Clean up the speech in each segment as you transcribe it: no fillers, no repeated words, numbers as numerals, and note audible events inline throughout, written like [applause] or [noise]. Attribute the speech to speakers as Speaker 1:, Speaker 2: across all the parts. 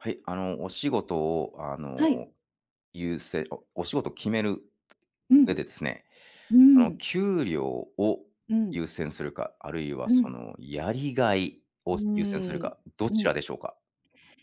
Speaker 1: はい、お仕事を、
Speaker 2: はい。
Speaker 1: 優先おお仕事を決める
Speaker 2: うん。
Speaker 1: 上でですね、
Speaker 2: う
Speaker 1: その
Speaker 2: ん。
Speaker 1: 給料を
Speaker 2: うん。
Speaker 1: 優先するか、あるいは
Speaker 2: う
Speaker 1: そ
Speaker 2: ん。
Speaker 1: のやりがい
Speaker 2: う
Speaker 1: を優先する
Speaker 2: ーん。
Speaker 1: か、ど
Speaker 2: う
Speaker 1: ちら
Speaker 2: ん。
Speaker 1: でしょうか？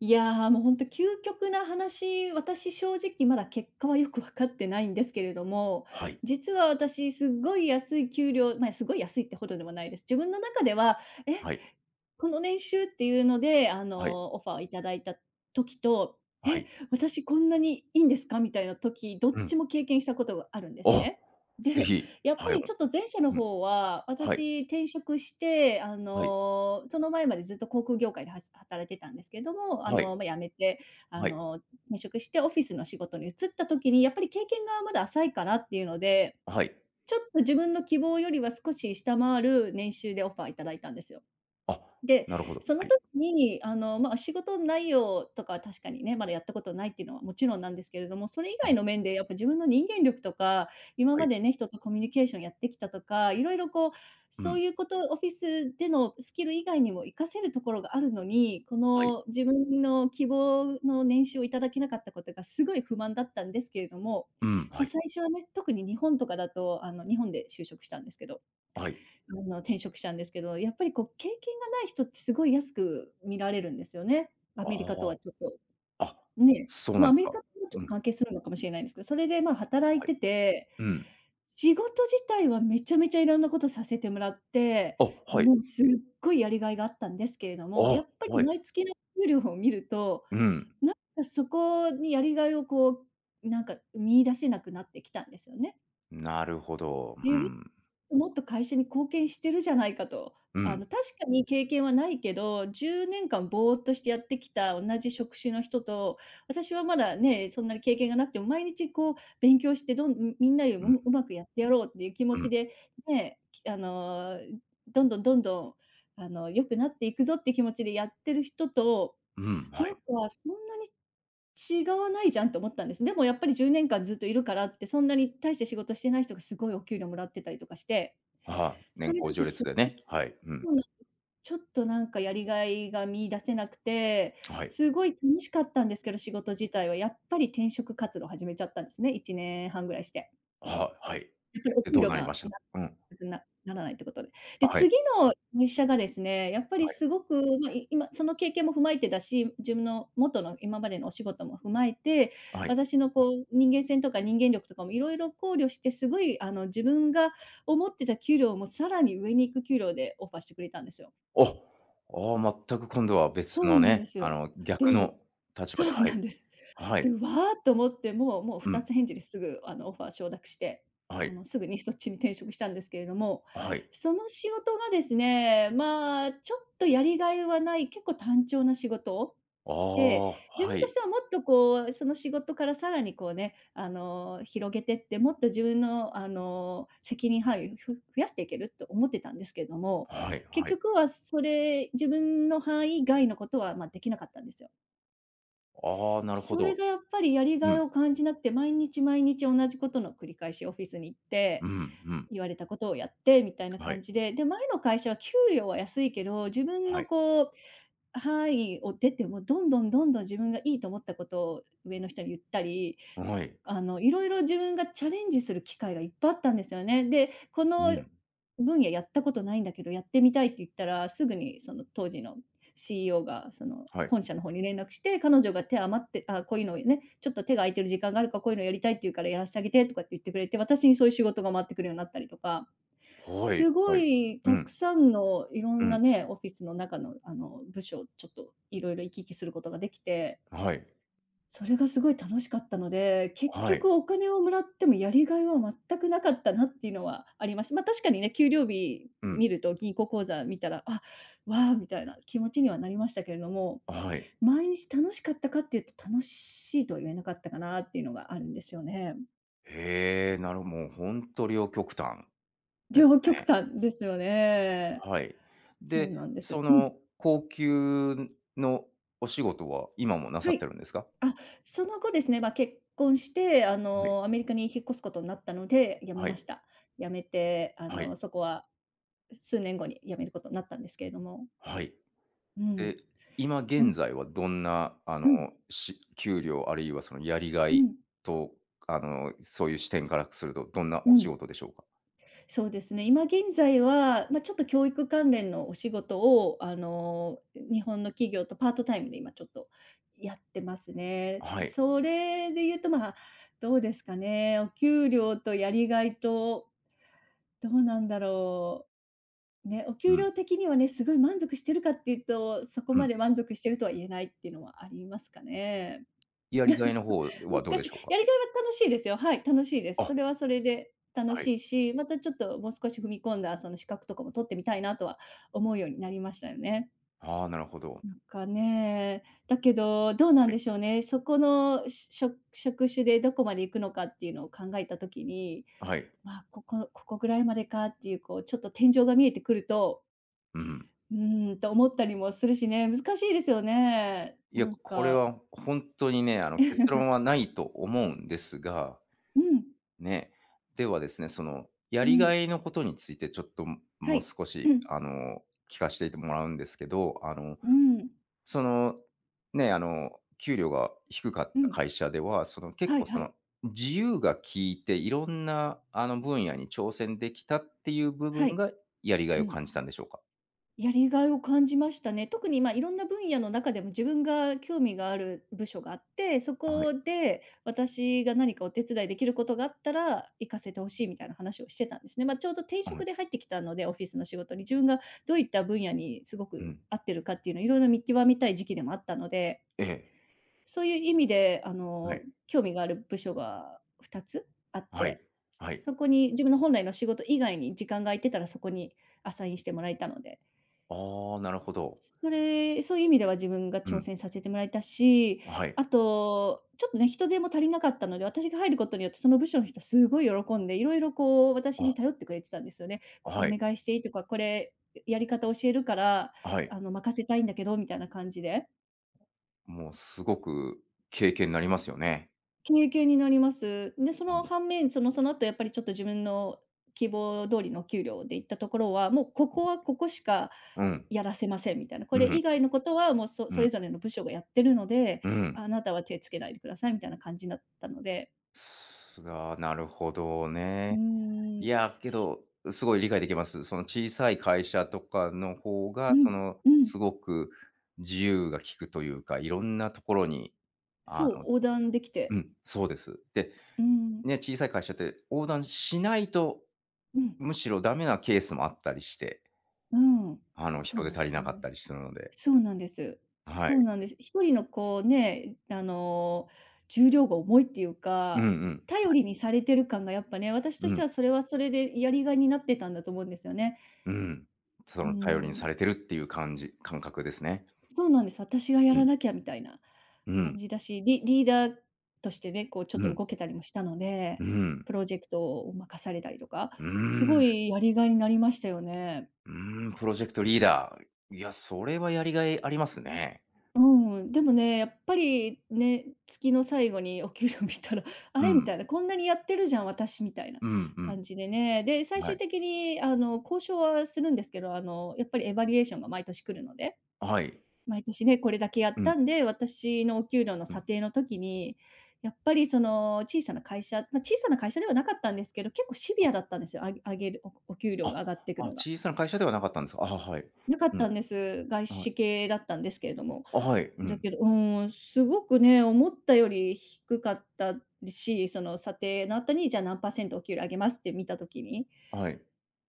Speaker 2: いや、もうほんと究極な話、私正直まだ結果はよく分かってないんですけれども、
Speaker 1: はい、
Speaker 2: 実は私すっごい安い給料、まあ、すごい安いってほどでもないです。自分の中では、え、
Speaker 1: はい、
Speaker 2: この年収っていうので、
Speaker 1: はい、
Speaker 2: オファーをいただいた時と、
Speaker 1: は
Speaker 2: え、
Speaker 1: い。
Speaker 2: 私こんなにいいんですかみたいな時、どっ
Speaker 1: う
Speaker 2: ち
Speaker 1: ん。
Speaker 2: も経験したことがあるんです
Speaker 1: あ、
Speaker 2: ね。
Speaker 1: ぜ
Speaker 2: で、
Speaker 1: ひ、
Speaker 2: やっぱ
Speaker 1: はい、
Speaker 2: りちょっ
Speaker 1: う
Speaker 2: と前者の
Speaker 1: ん、
Speaker 2: 方は、
Speaker 1: はい、
Speaker 2: 私転職して、
Speaker 1: はい、
Speaker 2: その前までずっと航空業界では働いてたんですけども、
Speaker 1: はい、
Speaker 2: ま、辞めて、あ
Speaker 1: はい、
Speaker 2: の、転職してオフィスの仕事に移った時に、やっぱり経験がまだ浅いかなっていうので、
Speaker 1: はい。
Speaker 2: ちょっと自分の希望よりは少し下回る年収でオファーいただいたんですよ。
Speaker 1: あ、
Speaker 2: で、
Speaker 1: なるほど。
Speaker 2: そ
Speaker 1: は
Speaker 2: の
Speaker 1: い、
Speaker 2: 時に、まあ、仕事内容とかは確かにね、まだやったことないっていうのはもちろんなんですけれども、それ以
Speaker 1: は
Speaker 2: 外
Speaker 1: い、
Speaker 2: の面でやっぱ自分の人間力とか、今
Speaker 1: は
Speaker 2: ま
Speaker 1: い、
Speaker 2: でね、人とコミュニケーションやってきたとか、いろいろこう、
Speaker 1: う
Speaker 2: そう
Speaker 1: ん、
Speaker 2: いうことオフィスでのスキル以外にも活かせるところがあるのに、こ
Speaker 1: はい、
Speaker 2: の自分の希望の年収をいただけなかったことがすごい不満だったんですけれども、
Speaker 1: うん、
Speaker 2: ま
Speaker 1: は
Speaker 2: あ、
Speaker 1: い、
Speaker 2: 最初はね、特に日本とかだと、日本で就職したんですけど、
Speaker 1: はい。
Speaker 2: 転職したんですけど、やっぱりこう経験がない人ってすごい安く見られるんですよね。ア
Speaker 1: あ
Speaker 2: メリカとはちょっと、
Speaker 1: あ、あ、
Speaker 2: ね。
Speaker 1: そうな
Speaker 2: ま
Speaker 1: ん
Speaker 2: あ、ア
Speaker 1: です
Speaker 2: メリカ
Speaker 1: か。
Speaker 2: もちょ
Speaker 1: う
Speaker 2: っと
Speaker 1: ん、
Speaker 2: 関係するのかもしれないんですけど、それで、ま、働い
Speaker 1: はい、
Speaker 2: てて、
Speaker 1: うん。
Speaker 2: 仕事自体はめちゃめちゃいろんなことさせてもらって、
Speaker 1: あ、はい。
Speaker 2: もうすっごいやりがいがあったんですけれども、
Speaker 1: あ、
Speaker 2: やっぱり
Speaker 1: はい。
Speaker 2: 毎月の給料を見ると、
Speaker 1: うん。
Speaker 2: なんかそこにやりがいをなんか見出せなくなってきたんですよね。
Speaker 1: なるほど。う
Speaker 2: 自分
Speaker 1: ん。
Speaker 2: もっと会社に貢献してるじゃないかと。
Speaker 1: うん。
Speaker 2: 確かに経験はないけど、10年間ぼーっとしてやってきた同じ職種の人と、私はまだね、そんなに経験がなくても、毎日こう勉強してみんなより
Speaker 1: うん。
Speaker 2: もううまくやってやろうっていう気持
Speaker 1: う
Speaker 2: ち
Speaker 1: ん。
Speaker 2: で、ね、きあの、どんどんどんどん、良くなっていくぞっていう気持ちでやってる人と、
Speaker 1: うん。は
Speaker 2: なんか
Speaker 1: い。
Speaker 2: そんなに違わないじゃんと思ったんです。でもやっぱり10年間ずっといるからって、そんなに大して仕事してない人がすごいお給料もらってたりとかして、
Speaker 1: はあ、
Speaker 2: そ
Speaker 1: 年
Speaker 2: れ
Speaker 1: 功
Speaker 2: だと
Speaker 1: 序
Speaker 2: す
Speaker 1: 列でね。はい。うん。
Speaker 2: そうなんです。ちょっとなんかやりがいが見出せなくて、
Speaker 1: はい。
Speaker 2: すごい楽しかったんですけど、仕事自体はやっぱり転職活動を始めちゃったんですね、1年半ぐらいして。
Speaker 1: はい。はい。
Speaker 2: やっぱりお
Speaker 1: で、
Speaker 2: 給
Speaker 1: どう
Speaker 2: 料
Speaker 1: なりま
Speaker 2: が
Speaker 1: した？うん。
Speaker 2: ななならないってことで。で、
Speaker 1: はい。
Speaker 2: 次の入社がですね、やっぱ
Speaker 1: は
Speaker 2: り
Speaker 1: い。
Speaker 2: すごく、ま、今その経験も踏まえてだし、自分の元の今までのお仕事も踏まえて、
Speaker 1: はい。
Speaker 2: 私のこう人間性とか人間力とかもいろいろ考慮して、すごいあの自分が思ってた給料もさらに上に行く給料でオファーしてくれたんですよ。
Speaker 1: お、ああ、全く今度は別
Speaker 2: そう
Speaker 1: の
Speaker 2: なんで
Speaker 1: ね、
Speaker 2: すよ。で
Speaker 1: 逆
Speaker 2: う
Speaker 1: の立場
Speaker 2: そ
Speaker 1: で、
Speaker 2: う
Speaker 1: は
Speaker 2: なん
Speaker 1: い。
Speaker 2: です。
Speaker 1: は
Speaker 2: で、
Speaker 1: い。
Speaker 2: うわーっと思って、もう
Speaker 1: う
Speaker 2: 2
Speaker 1: ん。
Speaker 2: つ返事ですぐあのオファー承諾して、
Speaker 1: はい。
Speaker 2: すぐにそっちに転職したんですけれども、
Speaker 1: はい。
Speaker 2: その仕事がですね、まあ、ちょっとやりがいはない、結構単調な仕事
Speaker 1: あ
Speaker 2: で、
Speaker 1: あ、
Speaker 2: 自
Speaker 1: は
Speaker 2: 分とし
Speaker 1: い。
Speaker 2: てはもっとこう、その仕事からさらにこうね、広げてって、もっと自分の責任範囲を増やしていけると思ってたんですけれども、
Speaker 1: はい。
Speaker 2: 結
Speaker 1: はい。
Speaker 2: 局はそれ、自分の範囲外のことは、まあ、できなかったんですよ。
Speaker 1: ああ、なるほ
Speaker 2: それ
Speaker 1: ど。
Speaker 2: がやっぱりやり
Speaker 1: う
Speaker 2: がい
Speaker 1: ん。
Speaker 2: を感じなくて、毎日毎日同じことの繰り返し、オフィスに行っ
Speaker 1: う
Speaker 2: て、
Speaker 1: ん。うん。
Speaker 2: 言われたことをやってみたいな
Speaker 1: は
Speaker 2: 感
Speaker 1: い。
Speaker 2: じで、で、前の会社は給料は安いけど、自分
Speaker 1: は
Speaker 2: の
Speaker 1: い。
Speaker 2: こう範囲を出ても、どんどんどんどん自分がいいと思ったことを上の人に言ったり、
Speaker 1: はい。
Speaker 2: いろいろ自分がチャレンジする機会がいっぱいあったんですよね。で、こ
Speaker 1: う
Speaker 2: の
Speaker 1: ん。
Speaker 2: 分野やったことないんだけど、やってみたいって言ったら、すぐにその当時の CEO がその
Speaker 1: はい。
Speaker 2: 本社の方に連絡して、彼女が手余って「あ、こういうのね、ちょっと手が空いてる時間があるから、こういうのやりたいって言うからやらせてあげて」とかって言ってくれて、私にそういう仕事が回ってくるようになったりとか、
Speaker 1: はい。
Speaker 2: すご
Speaker 1: はい。
Speaker 2: い
Speaker 1: う
Speaker 2: たく
Speaker 1: ん。
Speaker 2: さんのいろ
Speaker 1: う
Speaker 2: んな
Speaker 1: ん。
Speaker 2: ね、オフィスの中のあの部署をちょっといろいろ行き来することができて、
Speaker 1: はい。
Speaker 2: それがすごい楽しかったので、結
Speaker 1: はい。
Speaker 2: 局お金をもらってもやりがいは全くなかったなっていうのはあります。ま、あ確かにね、給料日
Speaker 1: うん。
Speaker 2: 見ると銀行口座見たら、あ、わあ、みたいな気持ちにはなりましたけれども、
Speaker 1: はい。
Speaker 2: 毎日楽しかったかっていうと楽しいとは言えなかったかなっていうのがあるんですよね。
Speaker 1: へえ、なる、もうほんと両極端です
Speaker 2: 両極
Speaker 1: ね。
Speaker 2: 端ですよね。
Speaker 1: はい。
Speaker 2: そ
Speaker 1: で、
Speaker 2: うなんです。
Speaker 1: そ
Speaker 2: うん。
Speaker 1: の高級のお仕事は今もなさ
Speaker 2: は
Speaker 1: って
Speaker 2: い。
Speaker 1: るんですか？
Speaker 2: あ、その後ですね、まあ、結婚して、
Speaker 1: はい。
Speaker 2: アメリカに引っ越すことになったので、辞め
Speaker 1: は
Speaker 2: まし
Speaker 1: い。
Speaker 2: た。辞めて、
Speaker 1: はい。
Speaker 2: そこは数年後に辞めることになったんですけれども。
Speaker 1: はい。
Speaker 2: うん。
Speaker 1: え、今
Speaker 2: う
Speaker 1: 現
Speaker 2: ん。
Speaker 1: 在はどんな、
Speaker 2: うん。
Speaker 1: し給料あるいはそのやりが
Speaker 2: う
Speaker 1: い
Speaker 2: ん。
Speaker 1: と、そういう視点からすると、どんな
Speaker 2: う
Speaker 1: お仕
Speaker 2: ん。
Speaker 1: 事でしょうか？
Speaker 2: そうですね、今現在は、まあ、ちょっと教育関連のお仕事を、日本の企業とパートタイムで今ちょっとやってますね。
Speaker 1: はい。
Speaker 2: それで言うと、まあ、どうですかね、お給料とやりがいと、どうなんだろう。ね、お給
Speaker 1: うん、
Speaker 2: 料的にはね、すごい満足してるかっていうと、そこ
Speaker 1: う
Speaker 2: ま
Speaker 1: ん。
Speaker 2: で満足してるとは言えないっていうのはありますかね。
Speaker 1: やりがいの
Speaker 2: [laughs]
Speaker 1: 方はどう
Speaker 2: 難
Speaker 1: で
Speaker 2: しい。
Speaker 1: しょうか？
Speaker 2: やりがいは楽しいですよ。はい、楽しいです。
Speaker 1: あ、
Speaker 2: それはそれで楽
Speaker 1: はい。
Speaker 2: しいし、またちょっともう少し踏み込んだその資格とかも取ってみたいなとは思うようになりましたよね。
Speaker 1: ああ、なるほど。
Speaker 2: なんかね、だけど、どうなんでしょうね。そこの職職種でどこまで行くのかっていうのを考えた時に、
Speaker 1: はい。
Speaker 2: まあ、ここぐらいまでかっていうこうちょっと天井が見えてくると、
Speaker 1: うん。
Speaker 2: うーん、と思ったりもするしね、難しいですよね。
Speaker 1: いや、
Speaker 2: なん
Speaker 1: これ
Speaker 2: か、
Speaker 1: は本当にね、結論はないと思うんですが、
Speaker 2: うん、
Speaker 1: ね。ではですね、その、や
Speaker 2: う
Speaker 1: りが
Speaker 2: ん、
Speaker 1: いのことについてちょっと、
Speaker 2: は
Speaker 1: もう
Speaker 2: い、
Speaker 1: 少し、
Speaker 2: うん、
Speaker 1: 聞かしてもらうんですけど、
Speaker 2: うん、
Speaker 1: その、ね、給料が低かっ
Speaker 2: う
Speaker 1: た
Speaker 2: ん、
Speaker 1: 会社では、その、結
Speaker 2: はい
Speaker 1: 構、そ
Speaker 2: は
Speaker 1: の、
Speaker 2: い、
Speaker 1: 自由が効いて、いろんな、分野に挑戦できたっていう部分
Speaker 2: はい、
Speaker 1: が、やりがい
Speaker 2: う
Speaker 1: を
Speaker 2: ん。
Speaker 1: 感じたんでしょうか？
Speaker 2: やりがいを感じましたね。特に、まあ、いろんな分野の中でも自分が興味がある部署があって、そ
Speaker 1: はい。
Speaker 2: こで私が何かお手伝いできることがあったら、行かせてほしいみたいな話をしてたんですね。まあ、ちょうど転
Speaker 1: は
Speaker 2: 職
Speaker 1: い。
Speaker 2: で入ってきたので、オフィスの仕事に、自分がどういった分野にすご
Speaker 1: う
Speaker 2: く
Speaker 1: ん。
Speaker 2: 合ってるかっていうのをいろいろ見極めたい時期でもあったので、
Speaker 1: ええ。
Speaker 2: そういう意味で、
Speaker 1: はい。
Speaker 2: 興味がある部署が2つあっ
Speaker 1: はい。
Speaker 2: て、
Speaker 1: はい。
Speaker 2: そこに自分の本来の仕事以外に時間が空いてたら、そこにアサインしてもらえたので、
Speaker 1: ああ、なるほど。
Speaker 2: そういう意味では自分が
Speaker 1: う
Speaker 2: 挑
Speaker 1: ん。
Speaker 2: 戦させてもらえたし、
Speaker 1: はい。
Speaker 2: あと、ちょっとね、人手も足りなかったので、私が入ることによって、その部署の人すごい喜んで、いろいろこう、私
Speaker 1: あ、
Speaker 2: に頼ってくれてたんですよね。「ここ
Speaker 1: は
Speaker 2: お
Speaker 1: い。
Speaker 2: 願いしていい」とか、「これやり方教えるから、
Speaker 1: はい。
Speaker 2: 任せたいんだけど」みたいな感じで。
Speaker 1: もうすごく経験になりますよね。
Speaker 2: 経験になります。で、そ
Speaker 1: う
Speaker 2: の
Speaker 1: ん。
Speaker 2: 反面、その後やっぱりちょっと自分の希望通りの給料で行ったところは、もうここはここしか
Speaker 1: うん。
Speaker 2: やらせませんみたいな、これ以
Speaker 1: う
Speaker 2: 外のことはもうそそ
Speaker 1: ん。
Speaker 2: れぞれの部署がやってるので、
Speaker 1: うん。
Speaker 2: あなたは手つけないでくださいみたいな感じになったので、
Speaker 1: す、あ、なるほど
Speaker 2: う
Speaker 1: ね。
Speaker 2: ー
Speaker 1: い
Speaker 2: ん、
Speaker 1: や、け
Speaker 2: す
Speaker 1: ど、すごい理解できます。その小さい会社とかの方が、
Speaker 2: う
Speaker 1: そ
Speaker 2: ん、
Speaker 1: の、
Speaker 2: うん、
Speaker 1: すごく自由が利くというか、いろんなところに、あ
Speaker 2: そう、
Speaker 1: の
Speaker 2: 横断でき
Speaker 1: う
Speaker 2: て、
Speaker 1: ん、そうです。で、
Speaker 2: うん、
Speaker 1: ね、小さい会社って横断しないと、
Speaker 2: うん、
Speaker 1: むしろダメなケースもあったりして。
Speaker 2: うん、そう
Speaker 1: 人
Speaker 2: な
Speaker 1: 手
Speaker 2: ん
Speaker 1: 足
Speaker 2: で
Speaker 1: り
Speaker 2: す
Speaker 1: な
Speaker 2: よ
Speaker 1: かっ
Speaker 2: ね。
Speaker 1: たりするので。
Speaker 2: そうなんです。
Speaker 1: は
Speaker 2: そう
Speaker 1: い。
Speaker 2: なんです。一人のこうね、重量が重いっていう
Speaker 1: うん
Speaker 2: か、
Speaker 1: うん。
Speaker 2: 頼りにされてる感がやっぱね、私
Speaker 1: う
Speaker 2: として
Speaker 1: ん。
Speaker 2: はそれはそれでやりがいになってたんだと思うんですよね。
Speaker 1: うん。そ
Speaker 2: うー
Speaker 1: の、頼りに
Speaker 2: ん、
Speaker 1: されてるっていう感じ、感覚ですね。
Speaker 2: そうなんです。私がや
Speaker 1: う
Speaker 2: ら
Speaker 1: ん。
Speaker 2: なきゃみたいな
Speaker 1: う
Speaker 2: 感
Speaker 1: ん。
Speaker 2: じだし、リーダーとしてね、こうちょっ
Speaker 1: う
Speaker 2: と
Speaker 1: ん。
Speaker 2: 動けたりもしたので、
Speaker 1: うん。
Speaker 2: プロジェクトを任されたりとか、
Speaker 1: う
Speaker 2: す
Speaker 1: ー
Speaker 2: ご
Speaker 1: ん。
Speaker 2: いやりがいになりましたよね。
Speaker 1: うーん、プロジェクトリーダー。いや、それはやりがいありますね。
Speaker 2: うん、でもね、やっぱりね、月の最後にお給料見たら、[laughs] あ
Speaker 1: う
Speaker 2: れ？み
Speaker 1: ん。
Speaker 2: たいな、こんなにやってるじゃん、私みたいな
Speaker 1: うんうん。
Speaker 2: 感じでね。で、最
Speaker 1: は
Speaker 2: 終
Speaker 1: い。
Speaker 2: 的に交渉はするんですけど、やっぱりエバリエーションが毎年来るので、
Speaker 1: はい。
Speaker 2: 毎年ね、これだけやっ
Speaker 1: うん、
Speaker 2: たんで、私のお給料の
Speaker 1: う
Speaker 2: 査
Speaker 1: ん。
Speaker 2: 定の時に、やっぱり小さな会社ではなかったんですけど、結構シビアだったんですよ、あ上げるお給料
Speaker 1: あ、
Speaker 2: が上がっていく
Speaker 1: あ、
Speaker 2: のが。
Speaker 1: 小さな会社ではなかったんですか？あ、はい。
Speaker 2: なかっ
Speaker 1: うん。
Speaker 2: たんです。外
Speaker 1: はい。
Speaker 2: 資系だったんですけれども。
Speaker 1: あ、はい。う
Speaker 2: だ
Speaker 1: ん。
Speaker 2: けど、うーん、すごくね、思ったより低かったし、その査定の後に、じゃあ何％お給料上げますって見たときに、
Speaker 1: はい。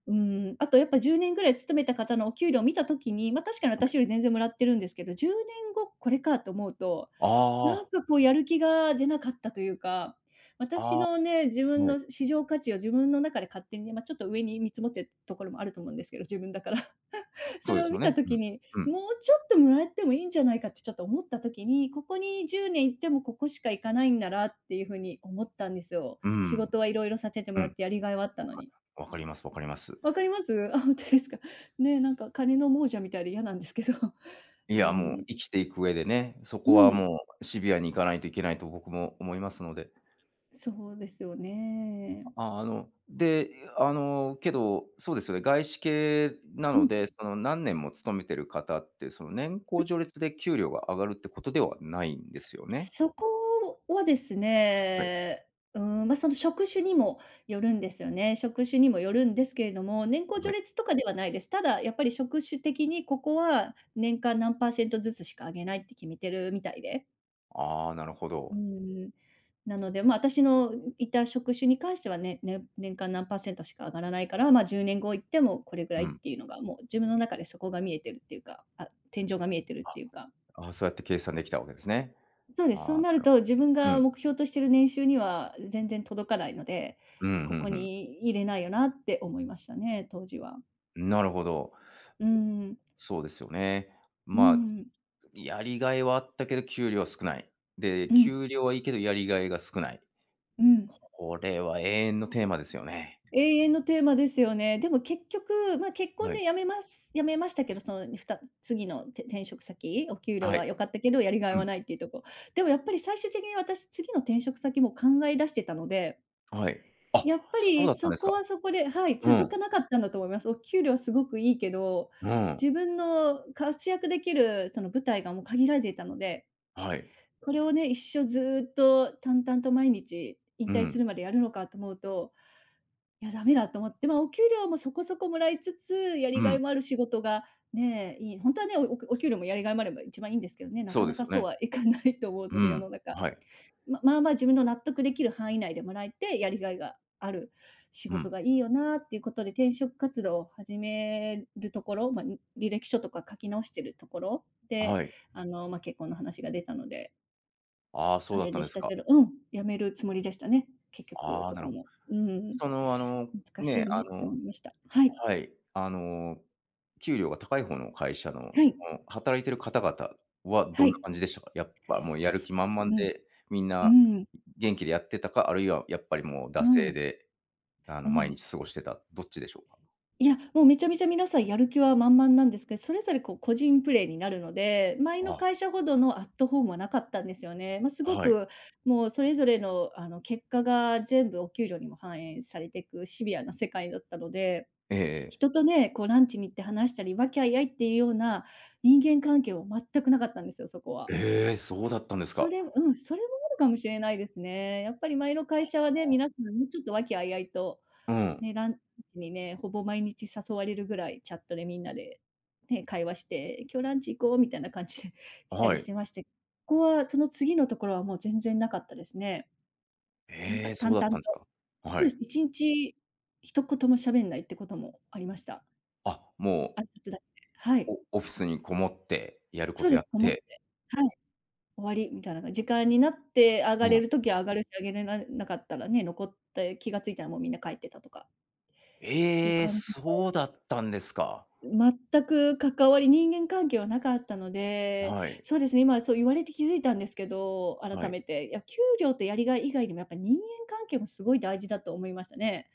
Speaker 2: うーん、あとやっぱ10年ぐらい勤めた方のお給料を見たときに、ま、確かに
Speaker 1: は
Speaker 2: 私
Speaker 1: い。
Speaker 2: より全然もらってるんですけど、10年後これかと思うと、
Speaker 1: あ
Speaker 2: なん
Speaker 1: あ、
Speaker 2: かこうやる気が出なかったというか、私
Speaker 1: あ
Speaker 2: のね、自
Speaker 1: あ、
Speaker 2: 分
Speaker 1: はい。
Speaker 2: の市場価値を自分の中で勝手にね、ま、ちょっと上に見積もってるところもあると思うんですけど、自分だから。そ
Speaker 1: そうで
Speaker 2: れを
Speaker 1: すよ
Speaker 2: 見た
Speaker 1: ね。う
Speaker 2: 時
Speaker 1: ん。
Speaker 2: に、
Speaker 1: うん。
Speaker 2: もうちょっともらってもいいんじゃないかってちょっと思った時に、ここに10年行ってもここしか行かないんだなっていうふうに思ったんですよ。
Speaker 1: う
Speaker 2: 仕
Speaker 1: ん。
Speaker 2: 事はいろいろさせても
Speaker 1: う
Speaker 2: らっ
Speaker 1: ん。
Speaker 2: てやりがいはあった
Speaker 1: わ
Speaker 2: の
Speaker 1: か
Speaker 2: に。
Speaker 1: わかります、わかります。
Speaker 2: わかります？[laughs] 本んですか。ねえ、なんか金の亡者みたいで嫌なんですけど。[laughs]
Speaker 1: い
Speaker 2: う
Speaker 1: や、もう
Speaker 2: ん。
Speaker 1: 生きていく上でね、そ
Speaker 2: う
Speaker 1: こは
Speaker 2: ん。
Speaker 1: もうシビアに行かないといけないと僕も思いますので。
Speaker 2: そうですよね。
Speaker 1: あ、で、けど、そうですよね、外資系な
Speaker 2: う
Speaker 1: の
Speaker 2: ん。
Speaker 1: で、その何年も勤めてる方って、その年功序列で給料が上がるってことではないんですよね？
Speaker 2: そこはです
Speaker 1: はい、
Speaker 2: ね、うん、まあ、その職種にもよるんですよね。職種にもよるんですけれども、年功
Speaker 1: は
Speaker 2: 序
Speaker 1: い。
Speaker 2: 列とかではないです。ただやっぱり職種的にここは年間何％パーセントずつしか上げないって決めてるみたいで。
Speaker 1: ああ、なるほ
Speaker 2: う
Speaker 1: ど。
Speaker 2: ん。なので、まあ、私のいた職種に関してはね、年間何％パーセントしか上がらないから、まあ、10年後行ってもこれぐ
Speaker 1: う
Speaker 2: らいっ
Speaker 1: ん。
Speaker 2: ていうのがもう自分の中でそこが見えてるっていうか、あ、天井が見えてるっていうか。
Speaker 1: ああ、そうやって計算できたわけですね。
Speaker 2: そうです。そ
Speaker 1: あ
Speaker 2: う
Speaker 1: あ、
Speaker 2: なると、自分
Speaker 1: う
Speaker 2: が
Speaker 1: ん、
Speaker 2: 目標としてる年収には全然届かないので、
Speaker 1: うん、う
Speaker 2: ここ
Speaker 1: ん
Speaker 2: に入れないよなって思いましたね、当時は。
Speaker 1: うん。なるほど。
Speaker 2: うん、
Speaker 1: そうですよね。
Speaker 2: う
Speaker 1: まあ、
Speaker 2: ん、
Speaker 1: やりがいはあったけど、給料は少ない。で、
Speaker 2: うん、
Speaker 1: 給料はいいけど、やりがいが少ない。
Speaker 2: うん。
Speaker 1: これは永遠のテーマですよね。
Speaker 2: 永遠のテーマですよね。でも結局、まあ、結婚
Speaker 1: は
Speaker 2: で
Speaker 1: い。
Speaker 2: 辞めましたけど、その、次の転職先、お給料
Speaker 1: は
Speaker 2: は
Speaker 1: い。
Speaker 2: 良かったけど、やりがい
Speaker 1: うん。
Speaker 2: はないっていうとこ。でもやっぱり最終的に私、次の転職先も考え出してたので、
Speaker 1: はい。あ、
Speaker 2: やっぱ
Speaker 1: そう
Speaker 2: り
Speaker 1: だったん
Speaker 2: そ
Speaker 1: です
Speaker 2: こ
Speaker 1: か。
Speaker 2: はそこで、はい、
Speaker 1: う
Speaker 2: 続か
Speaker 1: ん。
Speaker 2: なかったんだと思います。お給料すごくいいけど、
Speaker 1: うん。
Speaker 2: 自分の活躍できるその舞台がもう限られていたので、
Speaker 1: はい。
Speaker 2: これをね、一生ずっと淡々と毎日引
Speaker 1: う
Speaker 2: 退す
Speaker 1: ん。
Speaker 2: るまでやるのかと思うと、いや、ダメだと思って、まあ、お給料もそこそこもらいつつ、や
Speaker 1: う
Speaker 2: りが
Speaker 1: ん。
Speaker 2: いもある仕事がね、いいほはね、おおお給料もやりがいもあれば一番いいんですけどね、な
Speaker 1: そ
Speaker 2: か
Speaker 1: うで
Speaker 2: な
Speaker 1: す
Speaker 2: か
Speaker 1: よ
Speaker 2: そう
Speaker 1: ね。
Speaker 2: はいかないと思う
Speaker 1: う
Speaker 2: ので、世
Speaker 1: ん。
Speaker 2: の中。
Speaker 1: はい。
Speaker 2: まあ自分の納得できる範囲内でもらえて、やりがいがある仕
Speaker 1: う
Speaker 2: 事
Speaker 1: ん。
Speaker 2: がいいよなっていうことで、転職活動を始めるところ、まあ、に履歴書とか書き直してるところで、
Speaker 1: はい。
Speaker 2: まあ、結婚の話が出たので、
Speaker 1: ああ、そう
Speaker 2: あ
Speaker 1: だっ
Speaker 2: れ
Speaker 1: たん
Speaker 2: で
Speaker 1: で
Speaker 2: し
Speaker 1: す
Speaker 2: た
Speaker 1: か。
Speaker 2: けど、うん、辞めるつもりでしたね。結局
Speaker 1: ああ、
Speaker 2: そ
Speaker 1: なる
Speaker 2: こ
Speaker 1: ほど。
Speaker 2: も。うん、
Speaker 1: その、
Speaker 2: 難し
Speaker 1: ね、
Speaker 2: いねって思いました。はい、
Speaker 1: はい。給料が高い方の会社の、
Speaker 2: は
Speaker 1: そ
Speaker 2: い、
Speaker 1: の、働いてる方々はど
Speaker 2: は
Speaker 1: んな
Speaker 2: い。
Speaker 1: 感じでしたか？やっぱもうやる気
Speaker 2: す
Speaker 1: 満々
Speaker 2: うん、
Speaker 1: で、みん
Speaker 2: う
Speaker 1: な
Speaker 2: ん、
Speaker 1: 元気でやってたか、あるいはやっぱりもう
Speaker 2: う
Speaker 1: 惰性
Speaker 2: ん、
Speaker 1: で、
Speaker 2: う
Speaker 1: 毎
Speaker 2: ん。
Speaker 1: 日過ごしてた、どっちでしょうか？
Speaker 2: いや、もうめちゃめちゃ皆さんやる気は満々なんですけど、それぞれこう個人プレーになるので、前の
Speaker 1: あ、
Speaker 2: 会社ほどのアットホームはなかったんですよね。まあ、すご
Speaker 1: はい。
Speaker 2: くもうそれぞれの結果が全部お給料にも反映されていくシビアな世界だったので、
Speaker 1: ええ、ええ。
Speaker 2: 人とね、こうランチに行って話したり、和気あいあいっていうような人間関係は全くなかったんですよ、そこは。
Speaker 1: ええ、そうだったんです
Speaker 2: そ
Speaker 1: か。
Speaker 2: れも、うん、それもあるかもしれないですね。やっぱり前の会社はね、皆さんもうちょっと和気あいあいと
Speaker 1: うん。
Speaker 2: ね、ランチにね、ほぼ毎日誘われるぐらいチャットでみんなで、ね、会話して、今日ランチ行こうみたいな感じで [laughs] した
Speaker 1: は
Speaker 2: りし
Speaker 1: い。
Speaker 2: てまして、ここはその次のところはもう全然なかったですね。なん
Speaker 1: え
Speaker 2: か
Speaker 1: え、そう
Speaker 2: 淡
Speaker 1: だっ
Speaker 2: 々
Speaker 1: たんです
Speaker 2: と。
Speaker 1: か。
Speaker 2: そ
Speaker 1: は
Speaker 2: うで
Speaker 1: い。
Speaker 2: す。一日一言も喋んないってこともありました。
Speaker 1: あ、も
Speaker 2: 挨
Speaker 1: う、
Speaker 2: 拶だけで。はい。
Speaker 1: オフィスにこもって、やるこ
Speaker 2: そう
Speaker 1: と
Speaker 2: で
Speaker 1: やっ
Speaker 2: す、と思っ
Speaker 1: て、
Speaker 2: て。はい、終わりみたいな感じ。時間になって上が
Speaker 1: う
Speaker 2: れ
Speaker 1: ん。
Speaker 2: る時は上がるし、上げれななかったらね、残って気がついたらもうみんな帰ってたとかっていう
Speaker 1: ええ、
Speaker 2: 感じ。
Speaker 1: そうだったんですか。
Speaker 2: 全く関わり人間関係はなかったので、
Speaker 1: はい、
Speaker 2: そうですね、今そう言われて気づいたんですけど、
Speaker 1: は
Speaker 2: 改
Speaker 1: い。
Speaker 2: めて。いや、給料とやりがい以外にもやっぱ人間関係もすごい大事だと思いましたね。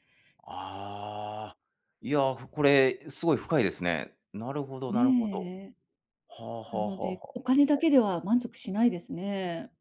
Speaker 1: ああ、いや、ふ、これすごい深いですね。なるほど、なるほど。
Speaker 2: ね
Speaker 1: はあ、は
Speaker 2: え。な
Speaker 1: あ、は
Speaker 2: の
Speaker 1: あ、は
Speaker 2: で、
Speaker 1: あ。
Speaker 2: お金だけでは満足しないですね。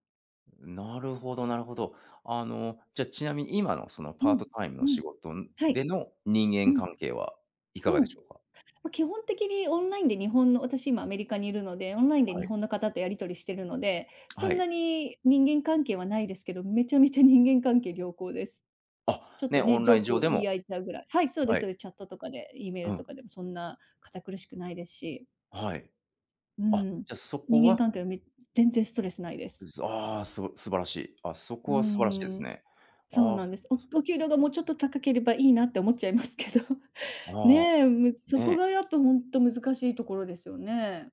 Speaker 1: なるほど、なるほど。あの、じゃあ、ちなみに今のその
Speaker 2: う
Speaker 1: パー
Speaker 2: ん、
Speaker 1: トタイムの
Speaker 2: う
Speaker 1: 仕
Speaker 2: ん。
Speaker 1: 事
Speaker 2: は
Speaker 1: で
Speaker 2: い。
Speaker 1: の人
Speaker 2: う
Speaker 1: 間
Speaker 2: ん、
Speaker 1: 関係はいかが
Speaker 2: う
Speaker 1: で
Speaker 2: ん。
Speaker 1: しょうか？
Speaker 2: ま、基本的にオンラインで、日本の私今アメリカにいるので、オンラインで
Speaker 1: は
Speaker 2: 日
Speaker 1: い、
Speaker 2: 本の方とやり取りしてるので、そ
Speaker 1: は
Speaker 2: んな
Speaker 1: い。
Speaker 2: に人間関係はないですけど、めちゃめちゃ人間関係良好です。
Speaker 1: あ、
Speaker 2: ちょっ
Speaker 1: ね、
Speaker 2: と
Speaker 1: オ
Speaker 2: ね、
Speaker 1: ン
Speaker 2: ジョ
Speaker 1: ライ
Speaker 2: ー
Speaker 1: ン上
Speaker 2: ク
Speaker 1: で
Speaker 2: 言
Speaker 1: も、
Speaker 2: い合えちゃうぐらい、はい、そうで
Speaker 1: は
Speaker 2: すそう
Speaker 1: い、
Speaker 2: です。チャットとかで、E メー
Speaker 1: う
Speaker 2: ルと
Speaker 1: ん、
Speaker 2: かでもそんな堅苦しくないですし、
Speaker 1: はい。
Speaker 2: う
Speaker 1: あ、
Speaker 2: ん、
Speaker 1: じゃ、そこ
Speaker 2: 人間
Speaker 1: は、
Speaker 2: 関係はめ全然ストレスないです。
Speaker 1: ず、ああ、す、素晴らしい。あ、そ
Speaker 2: う
Speaker 1: こ
Speaker 2: ー
Speaker 1: は素晴らしいです
Speaker 2: ん、
Speaker 1: ね。
Speaker 2: そう
Speaker 1: ああ、
Speaker 2: なん
Speaker 1: そ
Speaker 2: で
Speaker 1: っ
Speaker 2: す。
Speaker 1: か、
Speaker 2: お
Speaker 1: そっ
Speaker 2: お
Speaker 1: か、
Speaker 2: 給料がもうちょっと高ければいいなって思っちゃいますけど、[laughs]
Speaker 1: ああ、
Speaker 2: ねえ、そこ
Speaker 1: ね。
Speaker 2: がやっぱほんと難しいところですよね。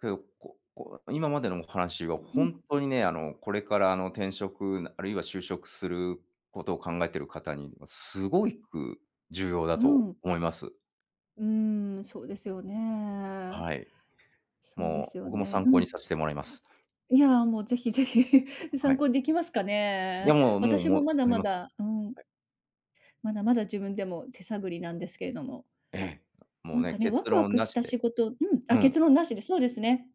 Speaker 1: けど、ここ今までのお話は
Speaker 2: うん、
Speaker 1: 本当にね、これからあの、転職、あるいは就職することを考えている方に、すごく重要だ
Speaker 2: う
Speaker 1: と
Speaker 2: ん、
Speaker 1: 思います。
Speaker 2: うーん、そうですよね。
Speaker 1: はい。
Speaker 2: そうで
Speaker 1: も
Speaker 2: す
Speaker 1: う
Speaker 2: よ
Speaker 1: 僕も
Speaker 2: ね。
Speaker 1: 参
Speaker 2: う
Speaker 1: 考に
Speaker 2: ん。
Speaker 1: させてもらいます。
Speaker 2: いや、もうぜひぜひ [laughs]
Speaker 1: は
Speaker 2: 参
Speaker 1: い。
Speaker 2: 考にできますか
Speaker 1: いや、
Speaker 2: ね。
Speaker 1: もう、もう、
Speaker 2: 私
Speaker 1: も
Speaker 2: も
Speaker 1: う、
Speaker 2: まだ
Speaker 1: あり
Speaker 2: ま
Speaker 1: ます。
Speaker 2: だうん。まだまだ自分でも手探りなんですけれども、
Speaker 1: ええ。もう
Speaker 2: なん
Speaker 1: ね、
Speaker 2: かね、ワ
Speaker 1: 結
Speaker 2: クワ
Speaker 1: 論
Speaker 2: ク
Speaker 1: な
Speaker 2: し
Speaker 1: し
Speaker 2: た
Speaker 1: で、
Speaker 2: 仕事、うん、
Speaker 1: う
Speaker 2: あ、
Speaker 1: ん、
Speaker 2: 結論なしで、そうですね。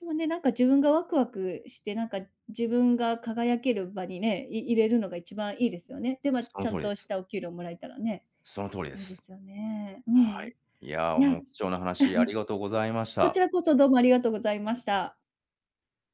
Speaker 2: でもね、なんか自分がワクワクして、なんか自分が輝ける場にね、入れるのが一番いいですよね。で、ま、
Speaker 1: その
Speaker 2: ちゃ
Speaker 1: 通
Speaker 2: ん
Speaker 1: りで
Speaker 2: とし
Speaker 1: す。
Speaker 2: たお給料もらえたらね、
Speaker 1: その通りで
Speaker 2: いいで
Speaker 1: す。
Speaker 2: すよね。う
Speaker 1: は
Speaker 2: ん。
Speaker 1: い。いや、
Speaker 2: いや、
Speaker 1: もう貴重な話ありがとうございまし
Speaker 2: こ
Speaker 1: た。
Speaker 2: ちらこそどうもありがとうございました。